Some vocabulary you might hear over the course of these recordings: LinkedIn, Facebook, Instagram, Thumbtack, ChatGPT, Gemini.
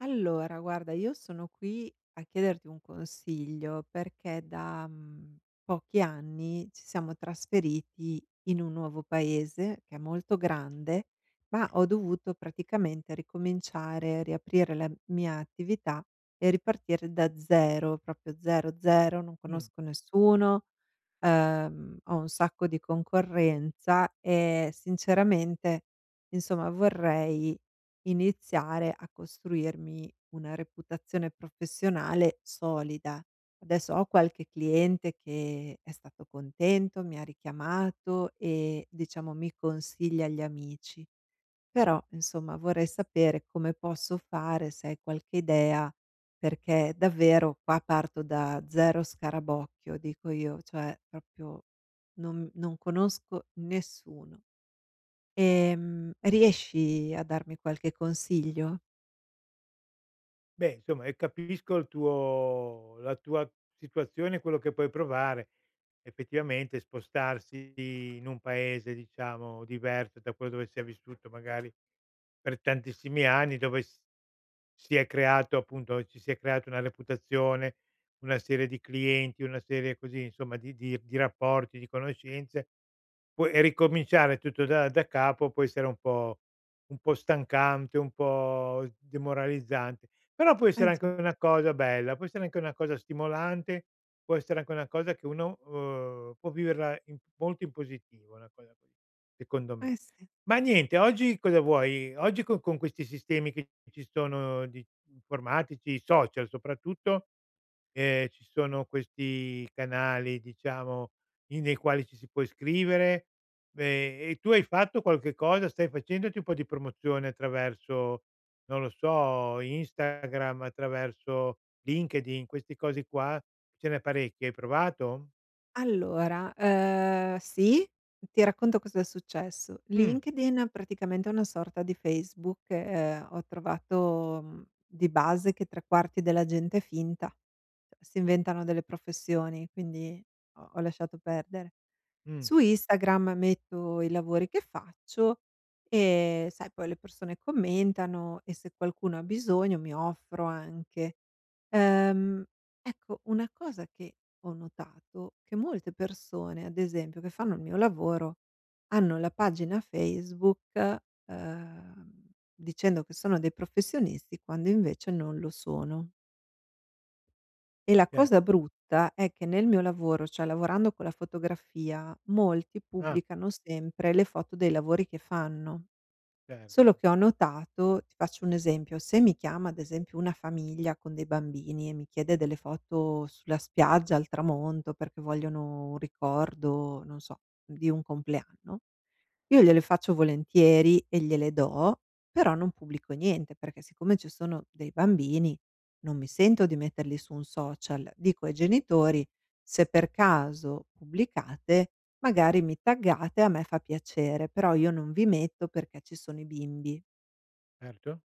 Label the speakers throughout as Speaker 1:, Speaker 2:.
Speaker 1: Allora, guarda, io sono qui a chiederti un consiglio perché da pochi anni ci siamo trasferiti in un nuovo paese che è molto grande, ma ho dovuto praticamente ricominciare, riaprire la mia attività e ripartire da 0, proprio 0, 0, non
Speaker 2: Mh.
Speaker 1: conosco nessuno, ho un sacco di concorrenza e sinceramente, insomma, vorrei iniziare a costruirmi una reputazione professionale solida. Adesso ho qualche cliente che è stato contento, mi ha richiamato e diciamo mi consiglia gli amici. Però, insomma, vorrei sapere come posso fare, se hai qualche idea, perché davvero qua parto da 0 scarabocchio, dico io, cioè proprio non conosco nessuno. Riesci a darmi qualche consiglio?
Speaker 2: Beh, insomma, capisco il tuo la tua situazione, quello che puoi provare. Effettivamente spostarsi in un paese, diciamo, diverso da quello dove si è vissuto magari per tantissimi anni, dove s si è creato appunto ci si è creato una reputazione, una serie di clienti, una serie così insomma di rapporti, di conoscenze, poi e ricominciare tutto da capo può essere un po' stancante, un po' demoralizzante, però può
Speaker 1: Eh
Speaker 2: essere anche
Speaker 1: già,
Speaker 2: una cosa bella, può essere anche una cosa stimolante, può essere anche una cosa che uno, può viverla in molto in positivo, una cosa così, secondo me.
Speaker 1: eh sì.
Speaker 2: Ma niente, oggi cosa vuoi? Oggi co con questi sistemi che ci sono di informatici, social soprattutto, ci sono questi canali, diciamo, in nei quali ci si può iscrivere, e tu hai fatto qualche cosa, stai facendoti un po' di promozione attraverso, non lo so, Instagram, attraverso LinkedIn, queste cose qua, ce n'è parecchie, hai provato?
Speaker 1: Allora, sì, ti racconto cosa è successo.
Speaker 2: Mh,
Speaker 1: LinkedIn praticamente è una sorta di Facebook, ho trovato, di base che 3/4 della gente è finta, si inventano delle professioni, quindi ho lasciato perdere.
Speaker 2: mh,
Speaker 1: Su Instagram metto i lavori che faccio e, sai, poi le persone commentano e se qualcuno ha bisogno mi offro anche. Ehm, ecco, una cosa che ho notato, che molte persone, ad esempio, che fanno il mio lavoro, hanno la pagina Facebook, ehm, dicendo che sono dei professionisti, quando invece non lo sono. E la
Speaker 2: cer
Speaker 1: cosa brutta è che nel mio lavoro, cioè lavorando con la fotografia, molti
Speaker 2: ah,
Speaker 1: pubblicano sempre le foto dei lavori che fanno.
Speaker 2: certo,
Speaker 1: Solo che ho notato ti faccio un esempio, se mi chiama ad esempio una famiglia con dei bambini e mi chiede delle foto sulla spiaggia al tramonto perché vogliono un ricordo, non so, di un compleanno, io gliele faccio volentieri e gliele do, però non pubblico niente, perché siccome ci sono dei bambini non mi sento di metterli su un social. Dico ai genitori: "Se per caso pubblicate, magari mi taggate, a me fa piacere, però io non vi metto perché ci sono i bimbi".
Speaker 2: certo,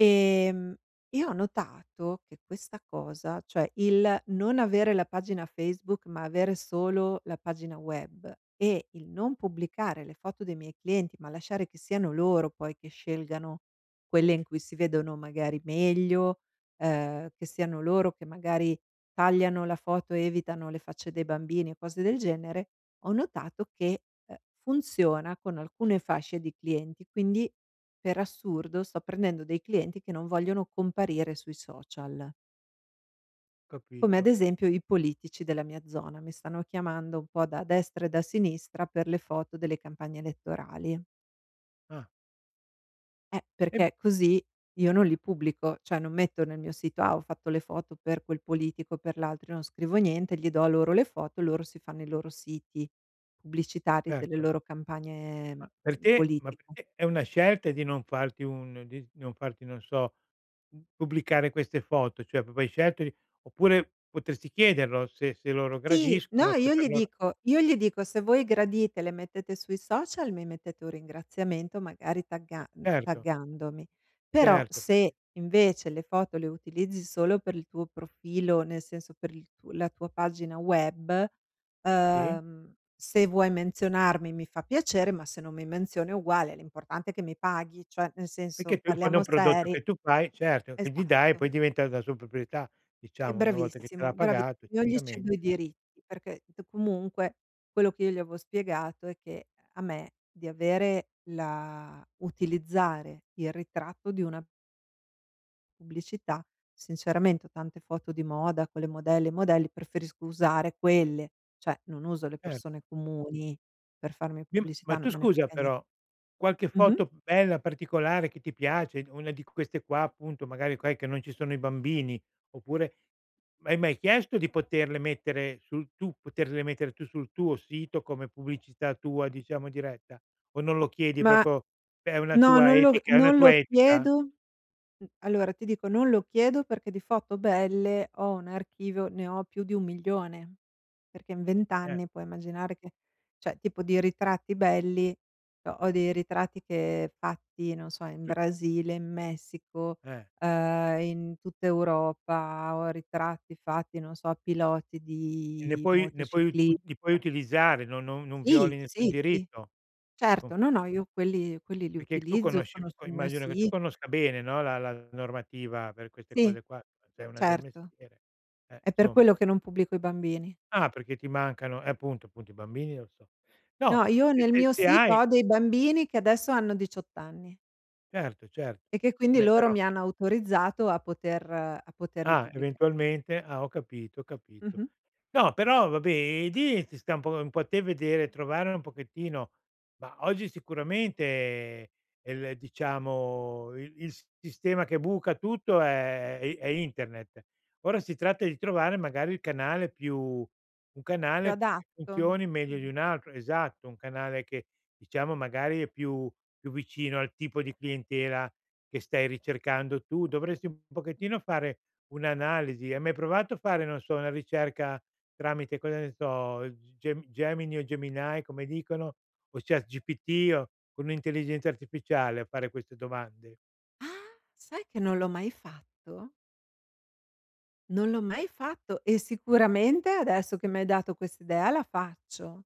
Speaker 1: Ehm, io ho notato che questa cosa, cioè il non avere la pagina Facebook, ma avere solo la pagina web e il non pubblicare le foto dei miei clienti, ma lasciare che siano loro poi che scelgano quelle in cui si vedono magari meglio, che siano loro che magari tagliano la foto e evitano le facce dei bambini e cose del genere, ho notato che funziona con alcune fasce di clienti, quindi per assurdo sto prendendo dei clienti che non vogliono comparire sui social, come ad
Speaker 2: capito.
Speaker 1: esempio i politici della mia zona, mi stanno chiamando un po' da destra e da sinistra per le foto delle campagne elettorali.
Speaker 2: Ah. E
Speaker 1: Perché così io non li pubblico, cioè non metto nel mio sito: "Ah, ho fatto le foto per quel politico, o per l'altro", io non scrivo niente, gli do a loro le foto, loro si fanno i loro siti pubblicitari delle
Speaker 2: certo,
Speaker 1: loro campagne
Speaker 2: ma per te ma
Speaker 1: politiche.
Speaker 2: per te è una scelta di non farti un di non farti, non so, pubblicare queste foto, cioè proprio hai scelto di, oppure potresti chiederlo se loro
Speaker 1: Sì, no,
Speaker 2: gradiscono, se
Speaker 1: io
Speaker 2: per
Speaker 1: gli
Speaker 2: loro.
Speaker 1: dico io gli dico: "Se voi gradite, le mettete sui social, mi mettete un ringraziamento magari
Speaker 2: Certo,
Speaker 1: taggandomi. Però
Speaker 2: certo,
Speaker 1: se
Speaker 2: perché
Speaker 1: invece le foto le utilizzi solo per il tuo profilo, nel senso per il tu la tua pagina web,
Speaker 2: sì,
Speaker 1: se vuoi menzionarmi mi fa piacere, ma se non mi menzioni è uguale, l'importante è che mi paghi." Cioè, nel senso,
Speaker 2: perché tu in fondo è
Speaker 1: parliamo
Speaker 2: un prodotto
Speaker 1: seri
Speaker 2: che tu fai, certo, che gli dai, e
Speaker 1: esatto.
Speaker 2: poi diventa la sua proprietà,
Speaker 1: E
Speaker 2: diciamo, una volta che te l'ha
Speaker 1: bravissimo, bravi
Speaker 2: pagato,
Speaker 1: non gli
Speaker 2: certamente,
Speaker 1: cedo i diritti, perché d comunque quello che io gli avevo spiegato è che a me di avere la utilizzare il ritratto di una pubblicità, sinceramente ho tante foto di moda con le modelle e i modelli, preferisco usare quelle, cioè non uso le
Speaker 2: certo.
Speaker 1: persone comuni per farmi
Speaker 2: Sì, ma ma
Speaker 1: pubblicità,
Speaker 2: tu
Speaker 1: non me ne
Speaker 2: scusa
Speaker 1: frega nie
Speaker 2: però, qualche
Speaker 1: mh-mh.
Speaker 2: foto bella, particolare che ti piace, una di queste qua appunto, magari quelle che non ci sono i bambini, oppure hai mai chiesto di poterle mettere tu sul tuo sito come pubblicità tua, diciamo diretta? O non lo chiedi
Speaker 1: Ma
Speaker 2: proprio, è
Speaker 1: no, non lo
Speaker 2: una
Speaker 1: non
Speaker 2: tua
Speaker 1: lo
Speaker 2: etica?
Speaker 1: chiedo. Allora ti dico, non lo chiedo perché di foto belle ho un archivio ne ho più di 1.000.000, perché in 20
Speaker 2: Eh,
Speaker 1: anni puoi immaginare che cioè tipo di ritratti belli, ho dei ritratti che fatti, non so, in
Speaker 2: Sì.
Speaker 1: Brasile, in Messico,
Speaker 2: eh,
Speaker 1: in tutta Europa, ho ritratti fatti, non so, a piloti
Speaker 2: e
Speaker 1: di
Speaker 2: ne puoi ut
Speaker 1: motocicli
Speaker 2: li puoi utilizzare, non
Speaker 1: sì,
Speaker 2: violi nessun
Speaker 1: sì, sì,
Speaker 2: diritto.
Speaker 1: certo, no, no, io quelli li
Speaker 2: Perché tu
Speaker 1: utilizzo,
Speaker 2: conosci
Speaker 1: sono
Speaker 2: co
Speaker 1: sul mio
Speaker 2: immagino che tu
Speaker 1: sito.
Speaker 2: conosca bene, no, la normativa per queste
Speaker 1: Sì,
Speaker 2: cose qua, sei una del
Speaker 1: certo.
Speaker 2: mestiere,
Speaker 1: È per
Speaker 2: insomma.
Speaker 1: quello che non pubblico i bambini.
Speaker 2: Ah, perché ti mancano, appunto, appunto, i bambini lo so. No,
Speaker 1: No, io
Speaker 2: se
Speaker 1: nel
Speaker 2: se
Speaker 1: mio
Speaker 2: se
Speaker 1: sito
Speaker 2: hai,
Speaker 1: ho dei bambini che adesso hanno 18 anni
Speaker 2: certo, certo.
Speaker 1: e che quindi
Speaker 2: Vabbè
Speaker 1: loro
Speaker 2: però,
Speaker 1: mi hanno autorizzato a poterli
Speaker 2: ah,
Speaker 1: pubblicare.
Speaker 2: eventualmente, ah, ho capito, ho capito.
Speaker 1: Mh-mh.
Speaker 2: No, però vabbè, e lì ci sta un po' a te vedere, trovare un pochettino, ma oggi sicuramente il, diciamo, il sistema che buca tutto è internet. Ora si tratta di trovare magari il canale più un
Speaker 1: Più
Speaker 2: canale che
Speaker 1: adatto.
Speaker 2: funzioni meglio
Speaker 1: Mh.
Speaker 2: di un altro, esatto, un canale che diciamo magari è più vicino al tipo di clientela che stai ricercando tu. Dovresti un pochettino fare un'analisi. Hai mai provato a fare, non so, una ricerca tramite, cosa ne so, Gemini, o Gemini come dicono, o ChatGPT, o con l'intelligenza artificiale, a fare queste domande?
Speaker 1: Ah, sai che non l'ho mai fatto? Non l'ho mai fatto e sicuramente adesso che mi hai dato quest'idea la faccio.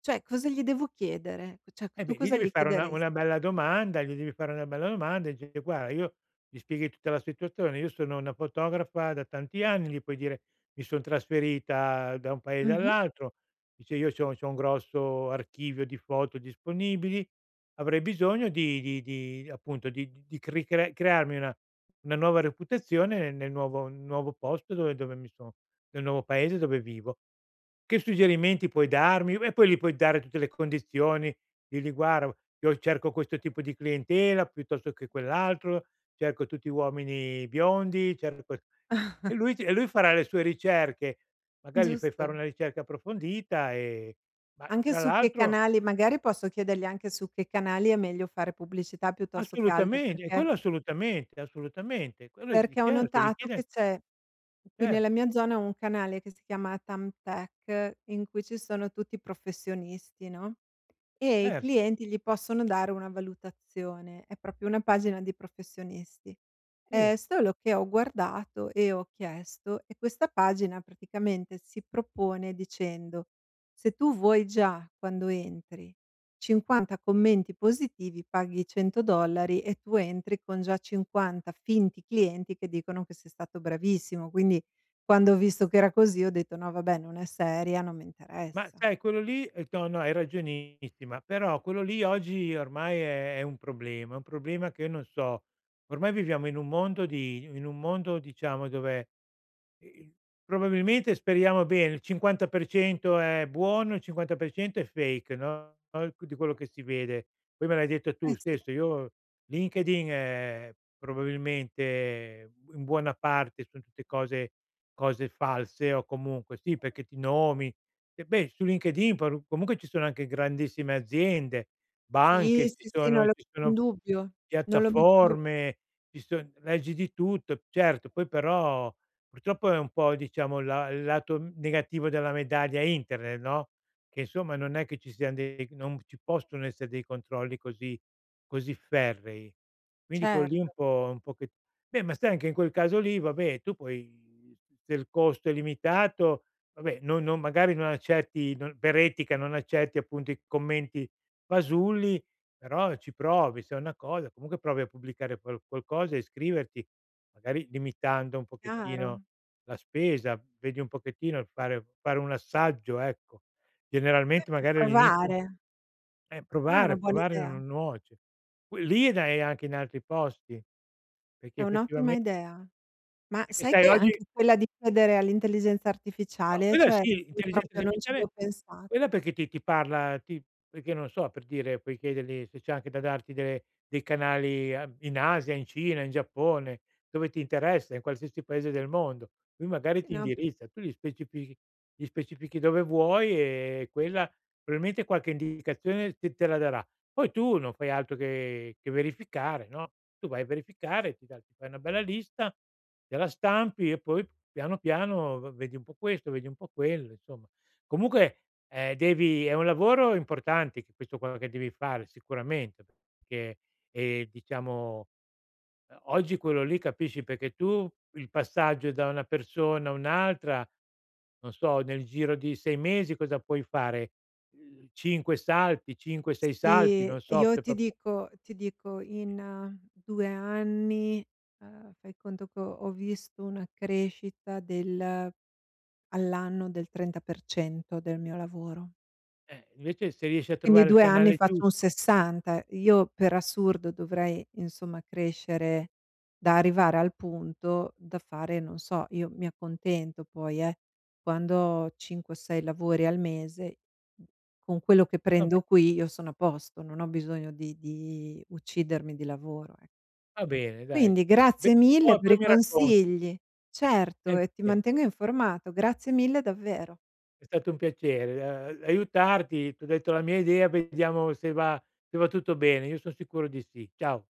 Speaker 1: Cioè cosa gli devo chiedere? Cioè
Speaker 2: Eh
Speaker 1: tu
Speaker 2: beh, gli
Speaker 1: cosa
Speaker 2: devi
Speaker 1: gli
Speaker 2: fare una
Speaker 1: chiederesti?
Speaker 2: bella domanda, gli devi fare una bella domanda e dire: "Guarda, io", gli spieghi tutta la situazione: "Io sono una fotografa da tanti anni", gli puoi dire: "Mi son trasferita da un paese
Speaker 1: Mh-mh.
Speaker 2: all'altro", dice: "Io c'ho un grosso archivio di foto disponibili, avrei bisogno di appunto di cri cre crearmi una nuova reputazione nel nuovo nuovo posto dove dove mi so nel nuovo paese dove vivo. Che suggerimenti puoi darmi?" E poi gli puoi dare tutte le condizioni di lì: "Guarda, io cerco questo tipo di clientela piuttosto che quell'altro, cerco tutti uomini biondi, cerco" e lui farà le sue ricerche. Magari gli fai
Speaker 1: Giusto.
Speaker 2: fare una ricerca approfondita, ma
Speaker 1: Anche
Speaker 2: tra
Speaker 1: su che
Speaker 2: l'altro
Speaker 1: canali magari posso chiedergli anche su che canali è meglio fare pubblicità piuttosto che altri,
Speaker 2: assolutamente, e
Speaker 1: perché
Speaker 2: quello assolutamente, assolutamente. Quello gli,
Speaker 1: ho
Speaker 2: certo, gli
Speaker 1: notato
Speaker 2: chiede,
Speaker 1: che c'è qui nella
Speaker 2: certo,
Speaker 1: mia zona un canale che si chiama Thumbtack in cui ci sono tutti i professionisti, no, e i
Speaker 2: cer
Speaker 1: clienti gli possono dare una valutazione, è proprio una pagina di professionisti.
Speaker 2: sì.
Speaker 1: Solo che ho guardato e ho chiesto e questa pagina praticamente si propone dicendo: "Se tu vuoi già quando entri 50 commenti positivi, paghi 100 dollari e tu entri con già 50 finti clienti che dicono che sei stato bravissimo". Quindi quando ho visto che era così ho detto: "No vabbè, non è seria, non mi
Speaker 2: Ma
Speaker 1: interessa".
Speaker 2: sai quello lì, no, no, hai ragionissima, però quello lì oggi ormai è un problema che io non so, ormai viviamo in un mondo, diciamo, dove, ehm, probabilmente speriamo bene, il 50% è buono, il 50% è fake, no, no, di quello che si vede. Poi me l'hai detto tu
Speaker 1: Sì.
Speaker 2: stesso, io LinkedIn è probabilmente in buona parte son tutte cose false o comunque sì, perché ti nomi, e beh, su LinkedIn par comunque ci sono anche grandissime aziende,
Speaker 1: Sì,
Speaker 2: banche,
Speaker 1: sì, sì, non lo
Speaker 2: ci
Speaker 1: metto in
Speaker 2: sono
Speaker 1: dubbio, non lo metto in dubbio.
Speaker 2: piattaforme, ci son leggi di tutto. Certo, poi però purtroppo è un po', diciamo, la il lato negativo della medaglia internet, no, che insomma non è che ci siano dei non ci possono essere dei controlli così ferrei. Quindi quello lì un
Speaker 1: Certo,
Speaker 2: po', un po' che beh, ma sai anche in quel caso lì, vabbè, tu puoi, se il costo è limitato, vabbè, non non magari non accetti, non per etica non accetti appunto i commenti fasulli, però ci provi, se è una cosa comunque provi a pubblicare qualcosa, iscriverti, magari limitando un
Speaker 1: chiaro.
Speaker 2: pochettino la spesa, vedi un pochettino, fare un assaggio, ecco. Generalmente
Speaker 1: Per
Speaker 2: magari all'inizio,
Speaker 1: provare. No, è una
Speaker 2: provare,
Speaker 1: buona
Speaker 2: provare
Speaker 1: idea,
Speaker 2: non nuoce. Qui lì E dai anche in altri posti, perché
Speaker 1: è un'ottima
Speaker 2: effettivamente,
Speaker 1: idea. Ma
Speaker 2: perché
Speaker 1: sai
Speaker 2: sai
Speaker 1: che
Speaker 2: oggi,
Speaker 1: anche quella di chiedere all'intelligenza
Speaker 2: no,
Speaker 1: artificiale,
Speaker 2: quella
Speaker 1: cioè
Speaker 2: sì,
Speaker 1: io
Speaker 2: intelligenza
Speaker 1: proprio non ci avevo
Speaker 2: artificiale,
Speaker 1: pensato.
Speaker 2: quella perché ti ti parla ti perché non so, per dire, puoi chiedergli se c'è anche da darti de dei canali a in Asia, in Cina, in Giappone, dove ti interessa, in qualsiasi paese del mondo. Lui magari
Speaker 1: Sì,
Speaker 2: ti
Speaker 1: no, più
Speaker 2: indirizza, tu gli specifichi dove vuoi e quella probabilmente qualche indicazione te la darà. Poi tu non fai altro che verificare, no, tu vai a verificare, ti fai una bella lista, te la stampi e poi piano piano v vedi un po' questo, vedi un po' quello, insomma. Comunque, devi, è un lavoro importante che questo qua che devi fare sicuramente, perché, diciamo, oggi quello lì capisci perché tu il passaggio da una persona a un'altra, non so, nel giro di 6 mesi cosa puoi fare? 5 salti, 5, 6 salti,
Speaker 1: sì,
Speaker 2: non so
Speaker 1: io
Speaker 2: se
Speaker 1: ti
Speaker 2: proprio,
Speaker 1: dico ti dico in 2 anni, fai conto che ho visto una crescita del all'anno del 30% del mio lavoro.
Speaker 2: invece se riesci a
Speaker 1: Quindi
Speaker 2: trovare il
Speaker 1: 2 anni
Speaker 2: canale
Speaker 1: faccio un
Speaker 2: giusto.
Speaker 1: 60. Io per assurdo dovrei insomma crescere da arrivare al punto da fare, non so, io mi accontento poi, quando ho 5 o 6 lavori al mese, con quello che
Speaker 2: va be
Speaker 1: prendo qui io sono a posto, non ho bisogno di uccidermi di lavoro, ec
Speaker 2: Va bene dai.
Speaker 1: Quindi
Speaker 2: Be
Speaker 1: grazie mille
Speaker 2: Poi
Speaker 1: per
Speaker 2: poi
Speaker 1: i
Speaker 2: mi racconti.
Speaker 1: consigli. Certo e
Speaker 2: Di
Speaker 1: ti
Speaker 2: che.
Speaker 1: mantengo informato. Grazie mille davvero.
Speaker 2: È stato un piacere, aiutarti, t'ho detto la mia idea, vediamo se va, se va tutto bene. Io son sicuro di sì. Ciao.